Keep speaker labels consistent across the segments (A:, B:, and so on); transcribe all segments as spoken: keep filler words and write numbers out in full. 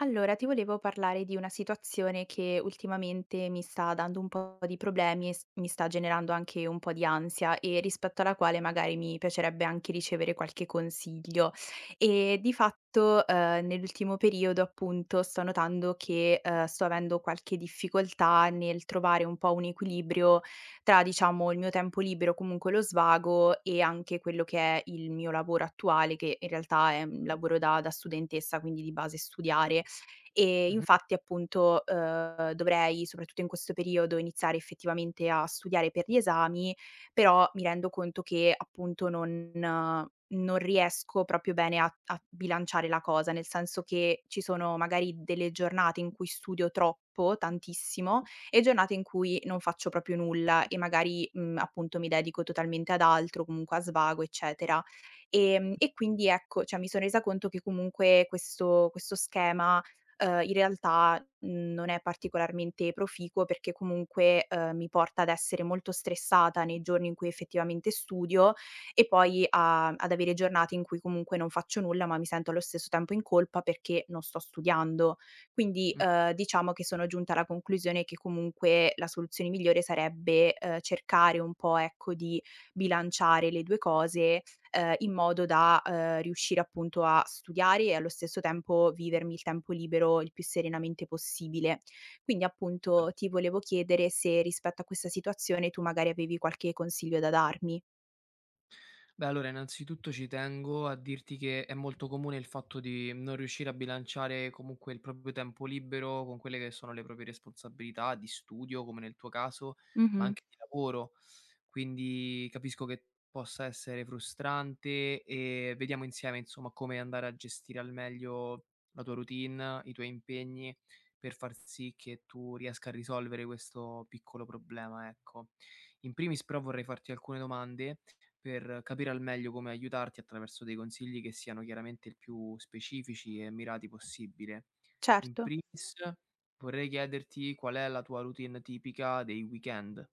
A: Allora, ti volevo parlare di una situazione che ultimamente mi sta dando un po' di problemi e s- mi sta generando anche un po' di ansia e rispetto alla quale magari mi piacerebbe anche ricevere qualche consiglio. E di fatto, eh, nell'ultimo periodo, appunto, sto notando che, eh, sto avendo qualche difficoltà nel trovare un po' un equilibrio tra, diciamo, il mio tempo libero, comunque lo svago e anche quello che è il mio lavoro attuale, che in realtà è un lavoro da, da studentessa, quindi di base studiare. E
B: Mh-mh,
A: infatti appunto, uhm, dovrei, soprattutto in questo periodo, iniziare effettivamente a studiare per gli esami, però mi rendo conto che appunto non eh, non riesco proprio bene a a bilanciare la cosa, nel senso che ci sono magari delle giornate in cui studio troppo, tantissimo, e giornate in cui non faccio proprio nulla e magari, mhmm, appunto mi dedico totalmente ad altro, comunque a svago, eccetera. Ehm, e quindi ecco, cioè mi sono resa conto che comunque questo questo schema Ehm, in realtà, mhmm, non è particolarmente proficuo perché comunque, ehm, mi porta ad essere molto stressata nei giorni in cui effettivamente studio e poi a ad avere giornate in cui comunque non faccio nulla, ma mi sento allo stesso tempo in colpa perché non sto studiando. Quindi,
B: mh.
A: ehm, diciamo che sono giunta alla conclusione che comunque la soluzione migliore sarebbe, ehm, cercare un po', ecco, di bilanciare le due cose ehm, in modo da, ehm, riuscire appunto a studiare e allo stesso tempo vivermi il tempo libero il più serenamente possibile. Quindi
B: Per
A: appunto ti volevo chiedere se rispetto a questa situazione tu magari avevi qualche consiglio da darmi.
B: Beh, allora innanzitutto ci tengo a dirti che è molto comune il fatto di non riuscire a bilanciare comunque il proprio tempo libero con quelle che sono le proprie responsabilità di studio, come nel tuo caso, ma
A: Mh-mh,
B: anche di lavoro. Quindi capisco che possa essere frustrante e vediamo insieme, insomma, come andare a gestire al meglio la tua routine, i tuoi impegni per far sì che tu riesca a risolvere questo piccolo problema, ecco. In primis però vorrei farti alcune domande per capire al meglio come aiutarti attraverso dei consigli che siano chiaramente il più specifici e mirati possibile. In
A: certo.
B: primis vorrei chiederti qual è la tua routine tipica dei weekend.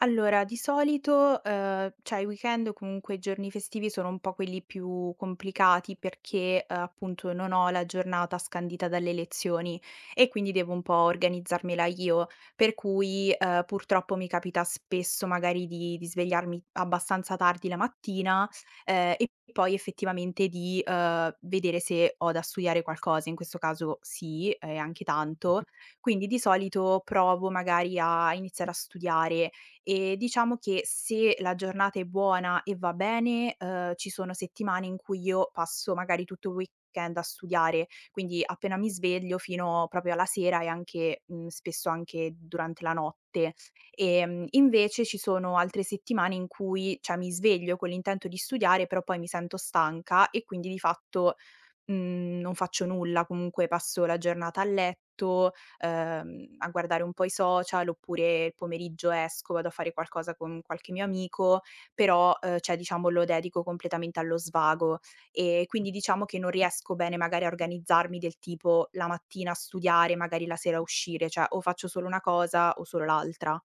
A: Allora, di solito, ehm, cioè i weekend o comunque i giorni festivi sono un po' quelli più complicati perché, ehm, appunto non ho la giornata scandita dalle lezioni e quindi devo un po' organizzarmela io. Per cui, ehm, purtroppo mi capita spesso magari di di svegliarmi abbastanza tardi la mattina, ehm, e poi effettivamente di, ehm, vedere se ho da studiare qualcosa, in questo caso sì, e anche tanto. Quindi di solito provo magari a iniziare a studiare. Ehm, diciamo che se la giornata è buona e va bene, uhm, ci sono settimane in cui io passo magari tutto il weekend a studiare, quindi appena mi sveglio fino proprio alla sera e anche mhmm, spesso anche durante la notte. Ehm, invece ci sono altre settimane in cui, cioè mi sveglio con l'intento di studiare, però poi mi sento stanca e quindi di fatto Mhmm, non faccio nulla, comunque passo la giornata a letto, ehm, a guardare un po' i social, oppure il pomeriggio esco, vado a fare qualcosa con qualche mio amico, però, ehm, cioè diciamo lo dedico completamente allo svago. E quindi diciamo che non riesco bene magari a organizzarmi del tipo la mattina a studiare, magari la sera a uscire, cioè o faccio solo una cosa o solo l'altra.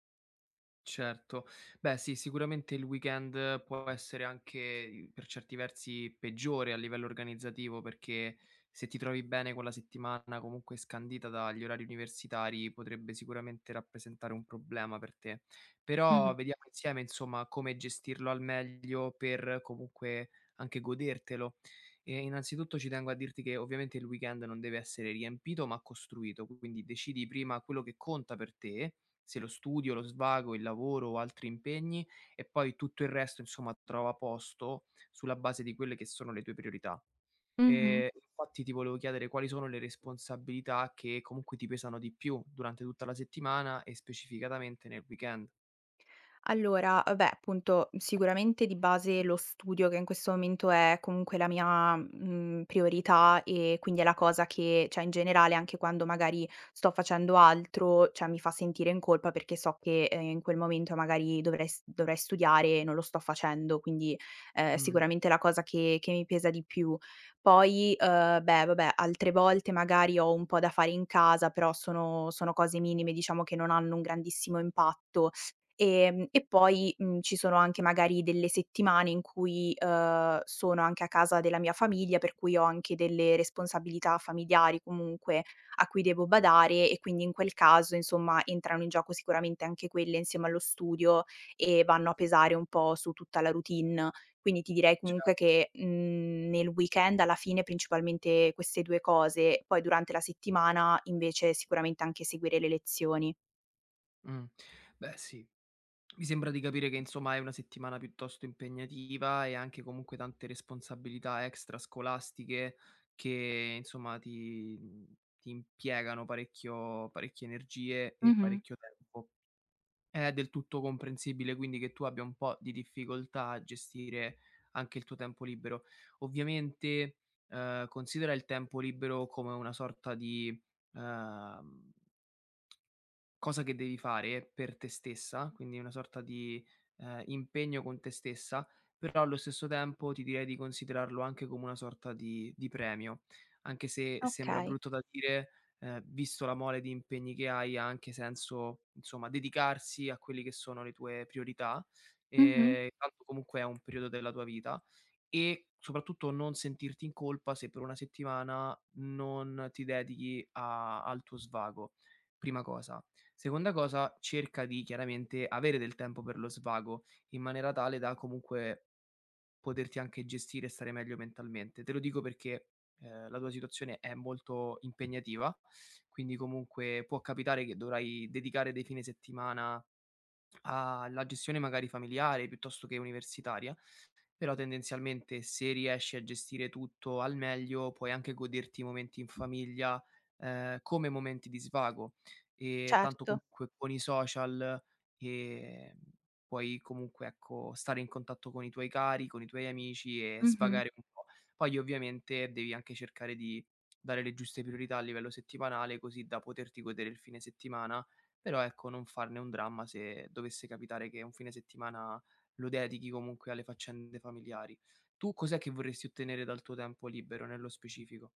B: Certo. Beh sì, sicuramente il weekend può essere anche per certi versi peggiore a livello organizzativo, perché se ti trovi bene con la settimana comunque scandita dagli orari universitari, potrebbe sicuramente rappresentare un problema per te.
A: Mh-mh,
B: Però vediamo insieme insomma come gestirlo al meglio per comunque anche godertelo. E innanzitutto ci tengo a dirti che ovviamente il weekend non deve essere riempito ma costruito, quindi decidi prima quello che conta per te se lo studio, lo svago, il lavoro o altri impegni e poi tutto il resto, insomma, trova posto sulla base di quelle che sono le tue priorità.
A: mh-mh.
B: Ehm, infatti ti volevo chiedere quali sono le responsabilità che comunque ti pesano di più durante tutta la settimana e specificatamente nel weekend.
A: Allora, beh, appunto, sicuramente di base lo studio che in questo momento è comunque la mia, mhmm, priorità e quindi è la cosa che cioè in generale anche quando magari sto facendo altro, cioè mi fa sentire in colpa perché so che, ehm, in quel momento magari dovrei s dovrei studiare e non lo sto facendo, quindi, ehm,
B: Mh,
A: sicuramente è la cosa che che mi pesa di più. Poi, uhm, beh, vabbè, altre volte magari ho un po' da fare in casa, però sono sono cose minime, diciamo che non hanno un grandissimo impatto. Ehm, e poi, mhmm, ci sono anche magari delle settimane in cui, uhm, sono anche a casa della mia famiglia, per cui ho anche delle responsabilità familiari comunque a cui devo badare e quindi in quel caso, insomma, entrano in gioco sicuramente anche quelle insieme allo studio e vanno a pesare un po' su tutta la routine. Quindi ti direi comunque
B: certo.
A: che, mhmm, nel weekend alla fine principalmente queste due cose, poi durante la settimana invece sicuramente anche seguire le lezioni.
B: Mh. Beh sì, mi sembra di capire che insomma è una settimana piuttosto impegnativa e anche comunque tante responsabilità extrascolastiche che insomma ti, mhmm, ti impiegano parecchio, parecchie energie e
A: Mh-mh.
B: parecchio tempo. È del tutto comprensibile quindi che tu abbia un po' di difficoltà a gestire anche il tuo tempo libero. Ovviamente eh, considera il tempo libero come una sorta di ehm, cosa che devi fare per te stessa, quindi una sorta di, ehm, impegno con te stessa, però allo stesso tempo ti direi di considerarlo anche come una sorta di di premio. Anche se sembra
A: Okay.
B: brutto da dire, ehm, visto la mole di impegni che hai, ha anche senso, insomma, dedicarsi a quelli che sono le tue priorità,
A: Mh-mh.
B: ehm, tanto comunque è un periodo della tua vita e soprattutto non sentirti in colpa se per una settimana non ti dedichi a al tuo svago, prima cosa. Seconda cosa, cerca di chiaramente avere del tempo per lo svago, in maniera tale da comunque poterti anche gestire e stare meglio mentalmente. Te lo dico perché, ehm, la tua situazione è molto impegnativa, quindi comunque può capitare che dovrai dedicare dei fine settimana alla gestione magari familiare piuttosto che universitaria, però tendenzialmente se riesci a gestire tutto al meglio, puoi anche goderti i momenti in famiglia, ehm, come momenti di svago. Ehm, tanto
A: Certo.
B: comunque con i social, ehm, puoi comunque, ecco, stare in contatto con i tuoi cari, con i tuoi amici e
A: Mh-mh.
B: svagare un po'. Poi ovviamente devi anche cercare di dare le giuste priorità a livello settimanale, così da poterti godere il fine settimana, però ecco, non farne un dramma se dovesse capitare che un fine settimana lo dedichi comunque alle faccende familiari. Tu cos'è che vorresti ottenere dal tuo tempo libero nello specifico?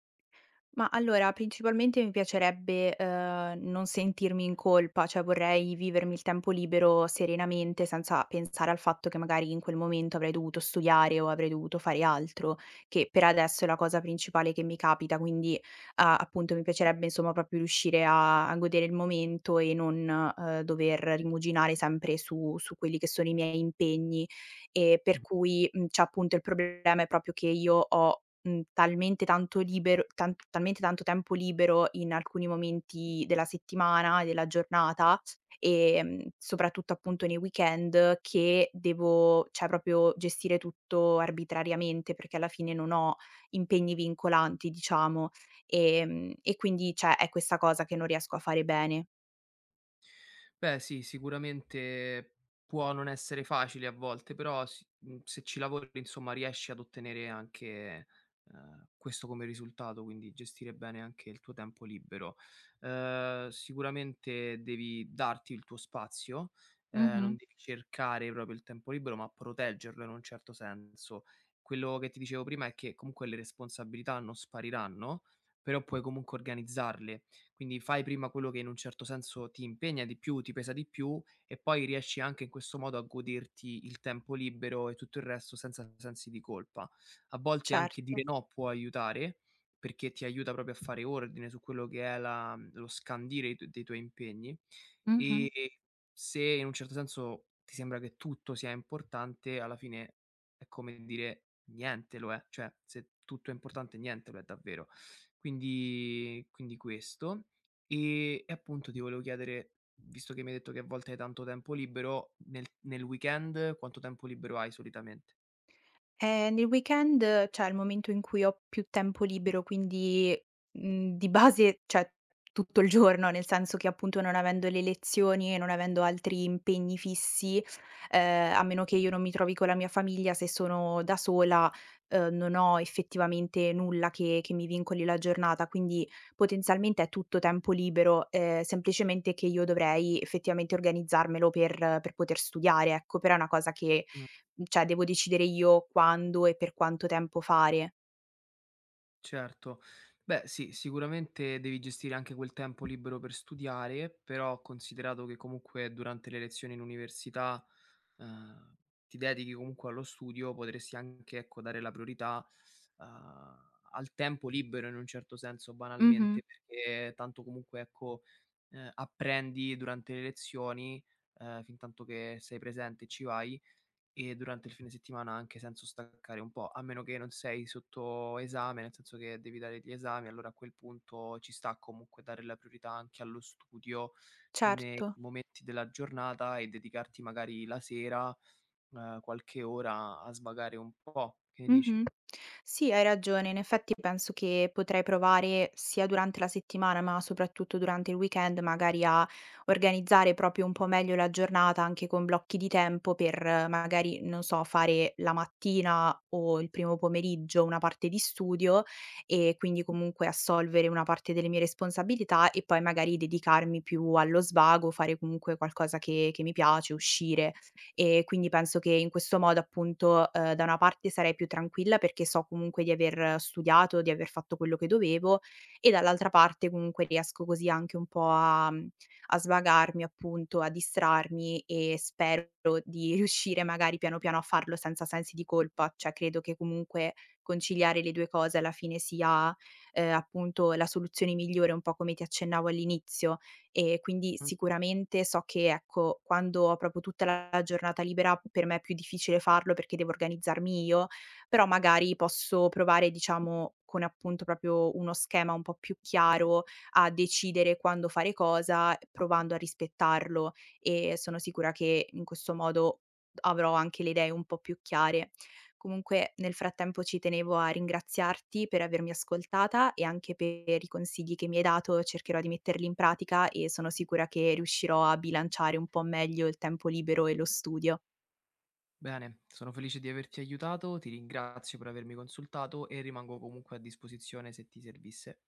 A: Ma allora principalmente mi piacerebbe, uhm, non sentirmi in colpa, cioè vorrei vivermi il tempo libero serenamente senza pensare al fatto che magari in quel momento avrei dovuto studiare o avrei dovuto fare altro, che per adesso è la cosa principale che mi capita, quindi a appunto mi piacerebbe insomma proprio riuscire a a godere il momento e non, uhm, dover rimuginare sempre su su quelli che sono i miei impegni e per cui, mhmm, cioè appunto il problema è proprio che io ho Mhmm, talmente tanto libero tan talmente tanto tempo libero in alcuni momenti della settimana, della giornata, ehm, soprattutto appunto nei weekend che devo cioè proprio gestire tutto arbitrariamente, perché alla fine non ho impegni vincolanti, diciamo. Ehm, e quindi cioè è questa cosa che non riesco a fare bene.
B: Beh, sì, sicuramente può non essere facile a volte, però s mhmm, se ci lavori, insomma, riesci ad ottenere anche, ehm, questo come risultato, quindi gestire bene anche il tuo tempo libero. Ehm, sicuramente devi darti il tuo spazio, ehm,
A: Mh-mh.
B: non devi cercare proprio il tempo libero, ma proteggerlo in un certo senso. Quello che ti dicevo prima è che comunque le responsabilità non spariranno, però puoi comunque organizzarle. Quindi fai prima quello che in un certo senso ti impegna di più, ti pesa di più e poi riesci anche in questo modo a goderti il tempo libero e tutto il resto senza sensi di colpa. A volte anche dire
A: Certo.
B: no può aiutare perché ti aiuta proprio a fare ordine su quello che è la- mhmm, lo scandire i tu- dei tuoi impegni
A: Mh-mh.
B: e se in un certo senso ti sembra che tutto sia importante, alla fine è come dire niente lo è, cioè se tutto è importante niente lo è davvero. Quindi quindi questo. E e appunto ti volevo chiedere, visto che mi hai detto che a volte hai tanto tempo libero, nel nel weekend quanto tempo libero hai solitamente?
A: Ehm, nel weekend eh, c'è il momento in cui ho più tempo libero, quindi, mhmm, di base cioè tutto il giorno, nel senso che appunto non avendo le lezioni e non avendo altri impegni fissi, ehm, a meno che io non mi trovi con la mia famiglia, se sono da sola, ehm, non ho effettivamente nulla che che mi vincoli la giornata, quindi potenzialmente è tutto tempo libero, ehm, semplicemente che io dovrei effettivamente organizzarmelo per per poter studiare, ecco, però è una cosa che Mhmm, cioè devo decidere io quando e per quanto tempo fare.
B: Certo. Beh, sì, sicuramente devi gestire anche quel tempo libero per studiare, però considerato che comunque durante le lezioni in università, ehm, ti dedichi comunque allo studio, potresti anche, ecco, dare la priorità, uhm, al tempo libero in un certo senso,
A: Mh-mh,
B: banalmente, perché tanto comunque, ecco, ehm, apprendi durante le lezioni, ehm, fintanto che sei presente e ci vai, e durante il fine settimana ha anche senso staccare un po', a meno che non sei sotto esame, nel senso che devi dare gli esami, allora a quel punto ci sta comunque dare la priorità anche allo studio nei
A: certo.
B: momenti della giornata e dedicarti magari la sera, ehm, qualche ora a svagare un po'. Che ne
A: Mh-mh.
B: dici?
A: Sì, hai ragione. In effetti penso che potrei provare sia durante la settimana, ma soprattutto durante il weekend, magari a organizzare proprio un po' meglio la giornata anche con blocchi di tempo per eh, magari, non so, fare la mattina o il primo pomeriggio una parte di studio e quindi comunque assolvere una parte delle mie responsabilità e poi magari dedicarmi più allo svago, fare comunque qualcosa che che mi piace, uscire, e quindi penso che in questo modo appunto, uhm, da una parte sarei più tranquilla perché so comunque di aver studiato, di aver fatto quello che dovevo e dall'altra parte comunque riesco così anche un po' a mhmm, a svagarmi appunto, a distrarmi e spero di riuscire magari piano piano a farlo senza sensi di colpa. Cioè credo che comunque conciliare le due cose alla fine sia, uhm, appunto la soluzione migliore, un po' come ti accennavo all'inizio. E quindi
B: Mh,
A: sicuramente so che, ecco, quando ho proprio tutta la giornata libera per me è più difficile farlo perché devo organizzarmi io, però magari posso provare, diciamo, con appunto proprio uno schema un po' più chiaro a decidere quando fare cosa, provando a rispettarlo, e sono sicura che in questo modo avrò anche le idee un po' più chiare. Comunque nel frattempo ci tenevo a ringraziarti per avermi ascoltata e anche per i consigli che mi hai dato, cercherò di metterli in pratica e sono sicura che riuscirò a bilanciare un po' meglio il tempo libero e lo studio.
B: bene, sono felice di averti aiutato, ti ringrazio per avermi consultato e rimango comunque a disposizione se ti servisse.